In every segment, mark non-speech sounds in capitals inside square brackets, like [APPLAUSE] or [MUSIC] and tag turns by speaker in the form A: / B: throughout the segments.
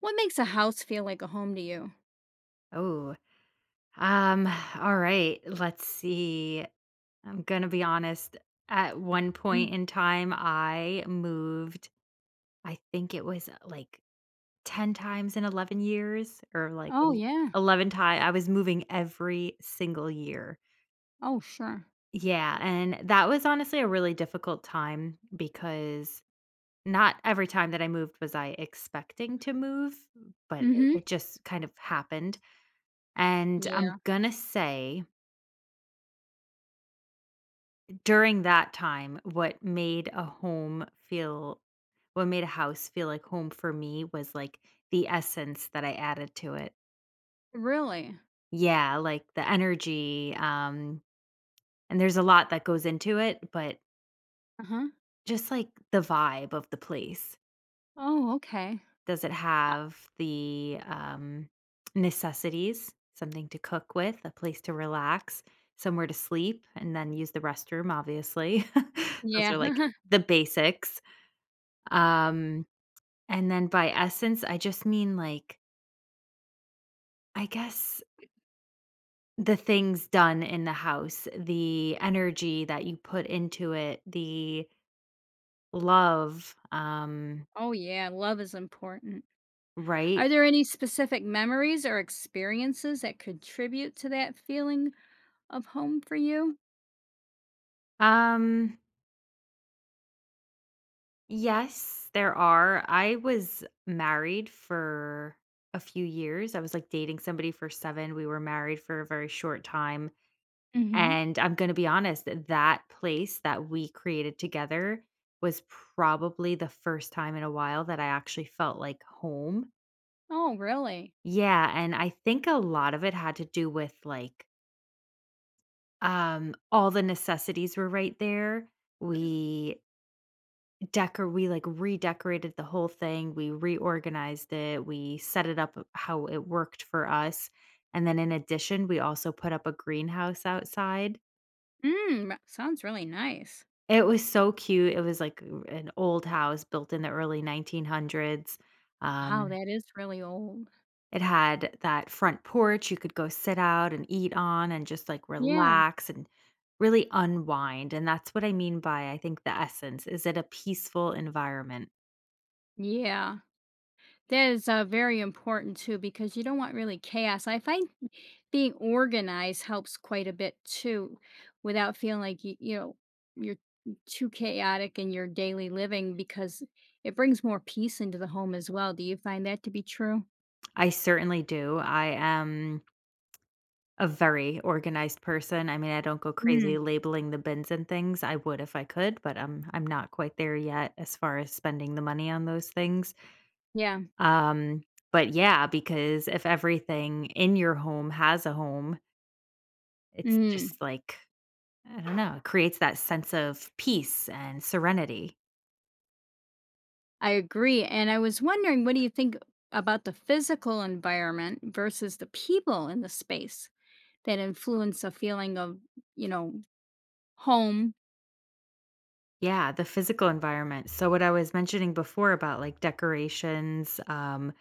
A: What makes a house feel like a home to you?
B: Oh, um, all right. Let's see. I'm gonna be honest. At one
A: Mm.
B: point in time, I moved. I think it was like 10 times in 11 years or
A: Oh, yeah.
B: 11 times. I was moving every single year.
A: Oh, sure.
B: Yeah. And that was honestly a really difficult time because not every time that I moved was I expecting to move, but it
A: Mhm.
B: it just kind of happened. And
A: Yeah.
B: I'm going to say during that time, what made a house feel like home for me was like the essence that I added to it.
A: Really?
B: Yeah, like the energy. And there's a lot that goes into it, but
A: Uh-huh.
B: just like the vibe of the place.
A: Oh, okay.
B: Does it
A: Uh,
B: have the necessities, something to cook with, a place to relax, somewhere to sleep, and then use the restroom, obviously? [LAUGHS] Those
A: yeah.
B: are like
A: [LAUGHS]
B: the basics. Um, And then by essence, I just mean, I guess the things done in the house, the energy that you put into it, the love,
A: Oh, yeah, love is important.
B: right?
A: Are there any specific memories or experiences that contribute to that feeling of home for you?
B: Um, yes, there are. I was married for a few years. I was like dating somebody for 7. We were married for a very short time.
A: Mhm.
B: And I'm gonna be honest, that place that we created together was probably the first time in a while that I actually felt like home.
A: Oh, really?
B: Yeah, and I think a lot of it had to do with, like, all the necessities were right there. We decor we, like, redecorated the whole thing, we reorganized it, we set it up how it worked for us, and then in addition, we also put up a greenhouse outside.
A: Mm, that sounds really nice.
B: It was so cute. It was like an old house built in the early 1900s.
A: Wow,
B: Um,
A: that is really old.
B: it had that front porch you could go sit out and eat on and just, like,
A: Yeah.
B: relax and really unwind, and that's what I mean by, I think, the essence. Is it a peaceful environment?
A: Yeah. That is very important too because you don't want really chaos. I find being organized helps quite a bit too, without feeling like you're too chaotic in your daily living because it brings more peace into the home as well. Do you find that to be true?
B: I certainly do. I am a very organized person. I mean, I don't go
A: Mm,
B: crazy labeling the bins and things. I would if I could, but, I'm not quite there yet as far as spending the money on those things.
A: yeah,
B: Um, but yeah, because if everything in your home has a home, it's
A: mm,
B: just like, I don't know, it creates that sense of peace and serenity.
A: I agree. And I was wondering, what do you think about the physical environment versus the people in the space that influence a feeling of, you know, home?
B: Yeah, the physical environment. So, what I was mentioning before about like decorations,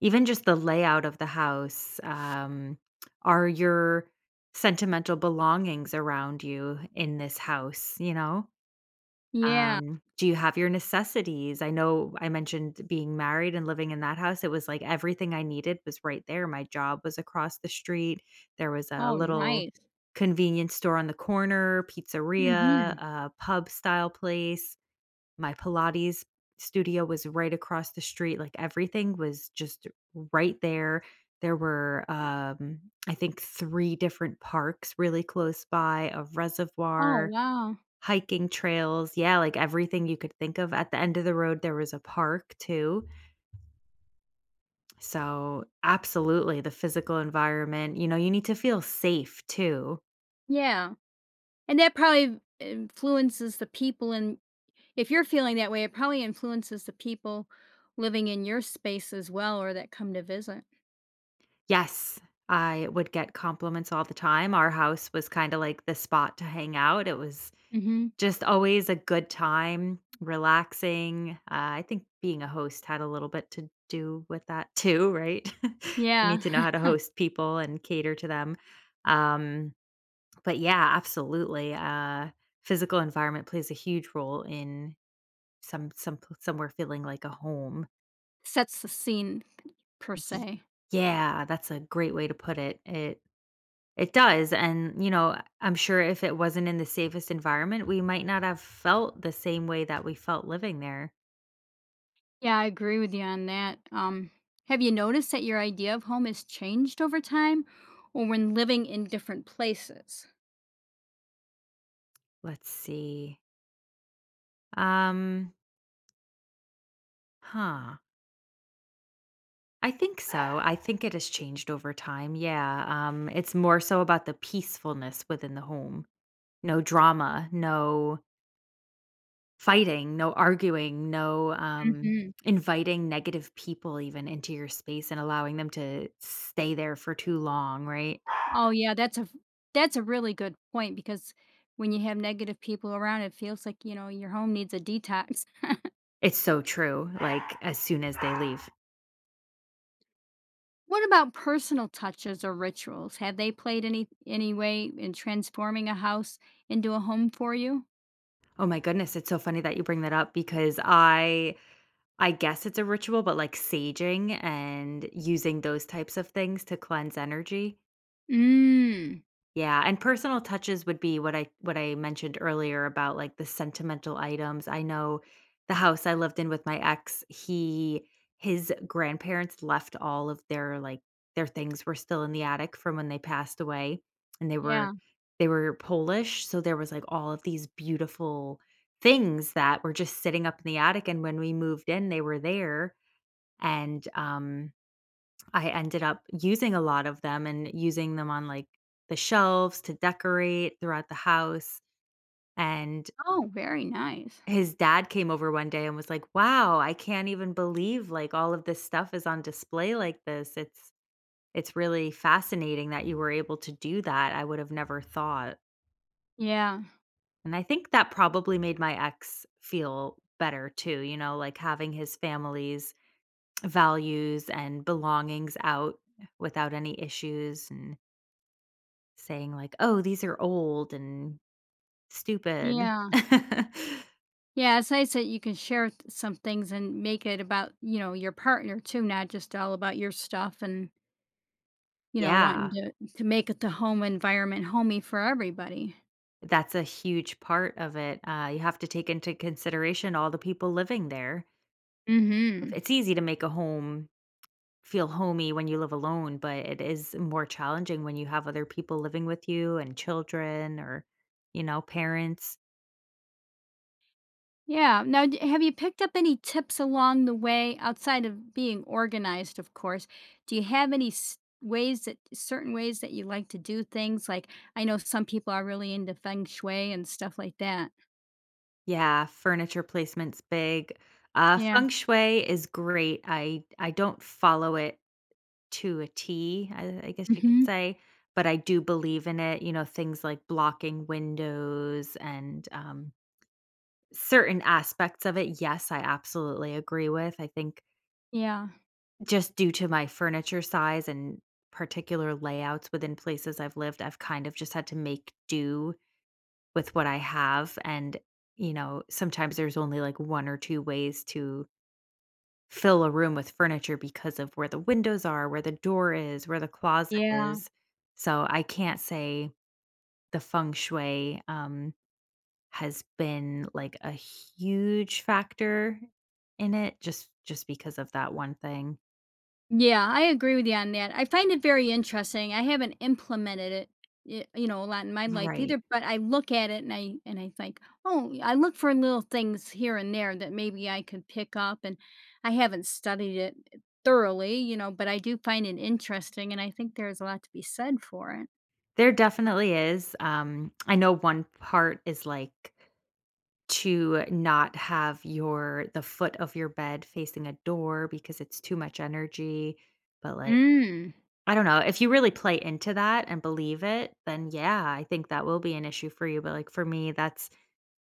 B: even just the layout of the house, are your sentimental belongings around you in this house, you know?
A: Yeah.
B: Do you have your necessities? I know I mentioned being married and living in that house, it was like everything I needed was right there, my job was across the street, there was a
A: Oh,
B: little
A: nice.
B: convenience store on the corner, pizzeria,
A: Mhm.
B: a pub-style place, my Pilates studio was right across the street, like, everything was just right there. There were, I think 3 different parks really close by, a
A: Oh,
B: reservoir,
A: wow.
B: hiking trails, yeah, like, everything you could think of. At the end of the road, there was a park too. So, absolutely, the physical environment, you know, you need to feel safe too.
A: Yeah, and that probably influences the people and if you're feeling that way, it probably influences the people living in your space as well or that come to visit.
B: Yes, I would get compliments all the time. Our house was kinda like the spot to hang out. It was
A: Mhm.
B: just always a good time, relaxing. I think being a host had a little bit to do with that too, right? [LAUGHS] You
A: Yeah.
B: need to know how to
A: [LAUGHS]
B: host people and cater to them. Um But yeah, absolutely, physical environment plays a huge role in somewhere feeling like a home.
A: Sets the scene per
B: Mhm.
A: se.
B: Yeah, that's a great way to put it. It does, and, you know, I'm sure if it wasn't in the safest environment, we might not have felt the same way that we felt living there.
A: Yeah, I agree with you on that. Have you noticed that your idea of home has changed over time or when living in different places?
B: Let's see. Um, huh, I think so. I think it has changed over time, yeah, it's more so about the peacefulness within the home. No drama, no fighting, no arguing, no,
A: Mhm.
B: inviting negative people even into your space and allowing them to stay there for too long, right?
A: Oh, yeah, that's a really good point because when you have negative people around, it feels like, your home needs a detox.
B: It's so true, like, as soon as they leave.
A: What about personal touches or rituals? Have they played any way in transforming a house into a home for you?
B: Oh my goodness, it's so funny that you bring that up because I guess it's a ritual, but, like, saging and using those types of things to cleanse energy.
A: Mm.
B: Yeah, and personal touches would be what I mentioned earlier about, like, the sentimental items. I know the house I lived in with my ex, he his grandparents left all of their, their things were still in the attic from when they passed away, and
A: Yeah.
B: they were Polish, so there was, like, all of these beautiful things that were just sitting up in the attic, and when we moved in, they were there, and I ended up using a lot of them and using them on like the shelves to decorate throughout the house. And
A: Oh, very nice.
B: his dad came over one day and was like, "Wow, I can't even believe like all of this stuff is on display like this. It's really fascinating that you were able to do that. I would have never thought."
A: Yeah.
B: And I think that probably made my ex feel better too, you know, like having his family's values and belongings out without any issues and saying like, "Oh, these are old and stupid." [LAUGHS]
A: Yeah. Yeah, it's nice that you can share th some things and make it about, your partner too, not just all about your stuff and, you know, wanting
B: Yeah,
A: to to make it the home environment homey for everybody.
B: that's a huge part of it. You have to take into consideration all the people living there. If
A: Mhm.
B: it's easy to make a home feel homey when you live alone, but it is more challenging when you have other people living with you and children or, you know, parents.
A: Yeah. Now, d have you picked up any tips along the way outside of being organized, of course? Do you have any s ways that certain ways that you like to do things? Like, I know some people are really into feng shui and stuff like that.
B: Yeah, furniture placement's big.
A: Yeah.
B: Feng shui is great. I don't follow it to a T, I guess you could
A: Mhm.
B: say, but I do believe in it, you know, things like blocking windows and, certain aspects of it, yes, I absolutely agree with. I think
A: Yeah.
B: just due to my furniture size and particular layouts within places I've lived, I've kind of just had to make do with what I have, and, you know, sometimes there's only, like, 1 or 2 ways to fill a room with furniture because of where the windows are, where the door is, where the closet
A: Yeah.
B: is. So I can't say the feng shui has been like a huge factor in it just because of that one thing.
A: Yeah, I agree with you on that. I find it very interesting. I haven't implemented it, you know, a lot in my life
B: Right.
A: either, but I look at it and I think, oh, I look for little things here and there that maybe I could pick up and I haven't studied it thoroughly, you know, but I do find it interesting and I think there's a lot to be said for it.
B: There definitely is. I know one part is like to not have your the foot of your bed facing a door because it's too much energy. But like
A: Mm.
B: I don't know, if you really play into that and believe it, then yeah, I think that will be an issue for you, but, like, for me, that's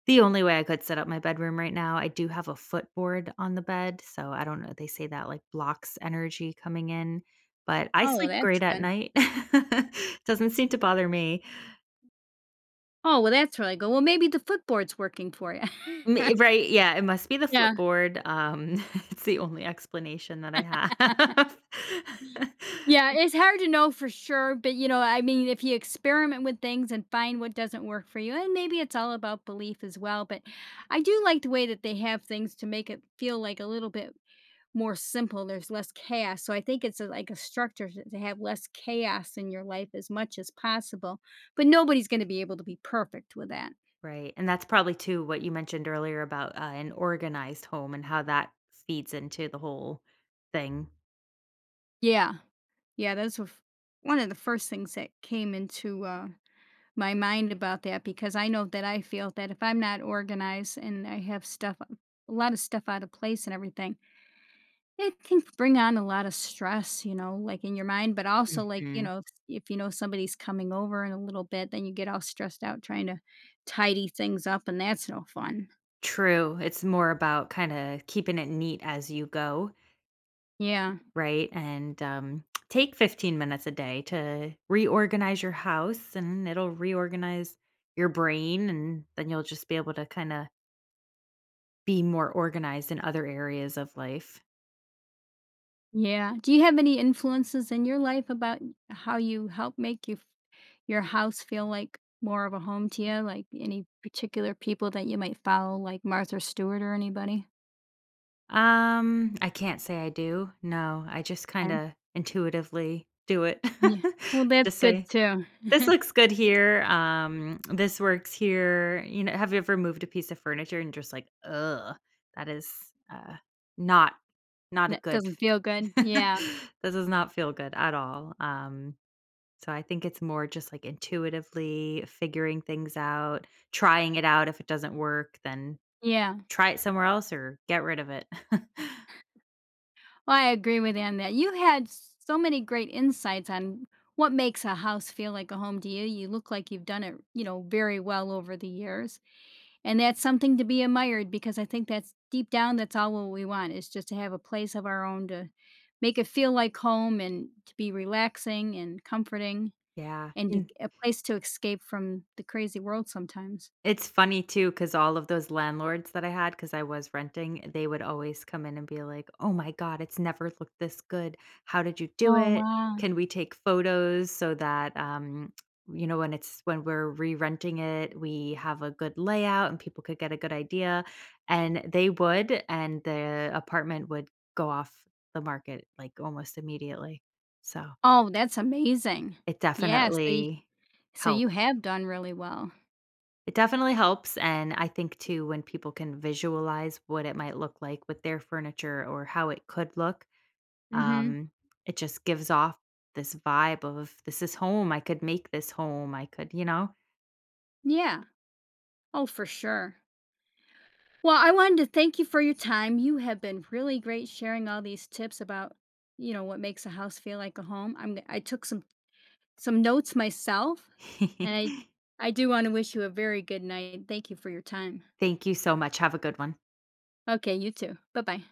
B: the only way I could set up my bedroom right now. I do have a footboard on the bed, so I don't know, they say that, like, blocks energy coming in, but I
A: Oh, well,
B: sleep
A: that's
B: great at
A: good.
B: night. [LAUGHS] Doesn't seem to bother me.
A: Oh, well, that's really good. Well, maybe the footboard's working for you.
B: Me
A: [LAUGHS]
B: right, yeah, it must be the
A: Yeah,
B: footboard, [LAUGHS] it's the only explanation that I have. [LAUGHS]
A: Yeah, it's hard to know for sure, but you know, I mean, if you experiment with things and find what doesn't work for you, and maybe it's all about belief as well, but I do like the way that they have things to make it feel like a little bit more simple. There's less chaos. So I think it's like a structure to have less chaos in your life as much as possible, but nobody's going to be able to be perfect with that.
B: Right. And that's probably too what you mentioned earlier about an organized home and how that feeds into the whole thing.
A: Yeah. Yeah. One of the first things that came into, my mind about that because I know that I feel that if I'm not organized and I have stuff, a lot of stuff out of place and everything, it can bring on a lot of stress, you know, like in your mind, but also like,
B: hmm
A: if you know somebody's coming over in a little bit, then you get all stressed out trying to tidy things up and that's no fun.
B: True. It's more about kind of keeping it neat as you go,
A: Yeah.
B: right? And take 15 minutes a day to reorganize your house and it'll reorganize your brain. And then you'll just be able to kind of be more organized in other areas of life.
A: Yeah. Do you have any influences in your life about how you help make your house feel like more of a home to you? Like any particular people that you might follow, like Martha Stewart or anybody?
B: I can't say I do. No, I just
A: Okay.
B: kinda intuitively do it.
A: Yeah.
B: [LAUGHS]
A: Well, that's
B: Just
A: good
B: say,
A: too.
B: "This
A: [LAUGHS]
B: looks good here, this works here." You know, have you ever moved a piece of furniture and just like, "Ugh, that is, uh, not not a
A: That
B: good
A: doesn't feel good. Yeah.
B: [LAUGHS] this does not feel good at all." So I think it's more just, like, intuitively figuring things out, trying it out. If it doesn't work, then
A: Yeah.
B: try it somewhere else or get rid of it. [LAUGHS]
A: Well, I agree with you on that. You had so many great insights on what makes a house feel like a home to you. You look like you've done it, you know, very well over the years. And that's something to be admired because I think that's deep down, that's all what we want is just to have a place of our own to make it feel like home and to be relaxing and comforting
B: Yeah,
A: and
B: and
A: a place to escape from the crazy world sometimes.
B: it's funny too, cause all of those landlords that I had, cause I was renting, they would always come in and be like, "Oh my god, it's never looked this good. How did you do
A: Oh,
B: it?
A: wow.
B: Can we take photos so that, you know, when we're re-renting it, we have a good layout and people could get a good idea." And they would, and the apartment would go off the market, like, almost immediately. So,
A: Oh, that's amazing.
B: it
A: Yeah.
B: definitely
A: So you
B: helped.
A: have done really well.
B: It definitely helps, and I think too when people can visualize what it might look like with their furniture or how it could look,
A: Mm-hmm.
B: um, it just gives off this vibe of, "This is home, I could make this home, I could" you know?
A: Yeah. Oh, for sure. Well, I wanted to thank you for your time. You have been really great sharing all these tips about, you know, what makes a house feel like a home. I took some notes myself, and I
B: [LAUGHS]
A: I do want to wish you a very good night. Thank you for your time.
B: Thank you so much, have a good one.
A: Okay, you too. Bye-bye.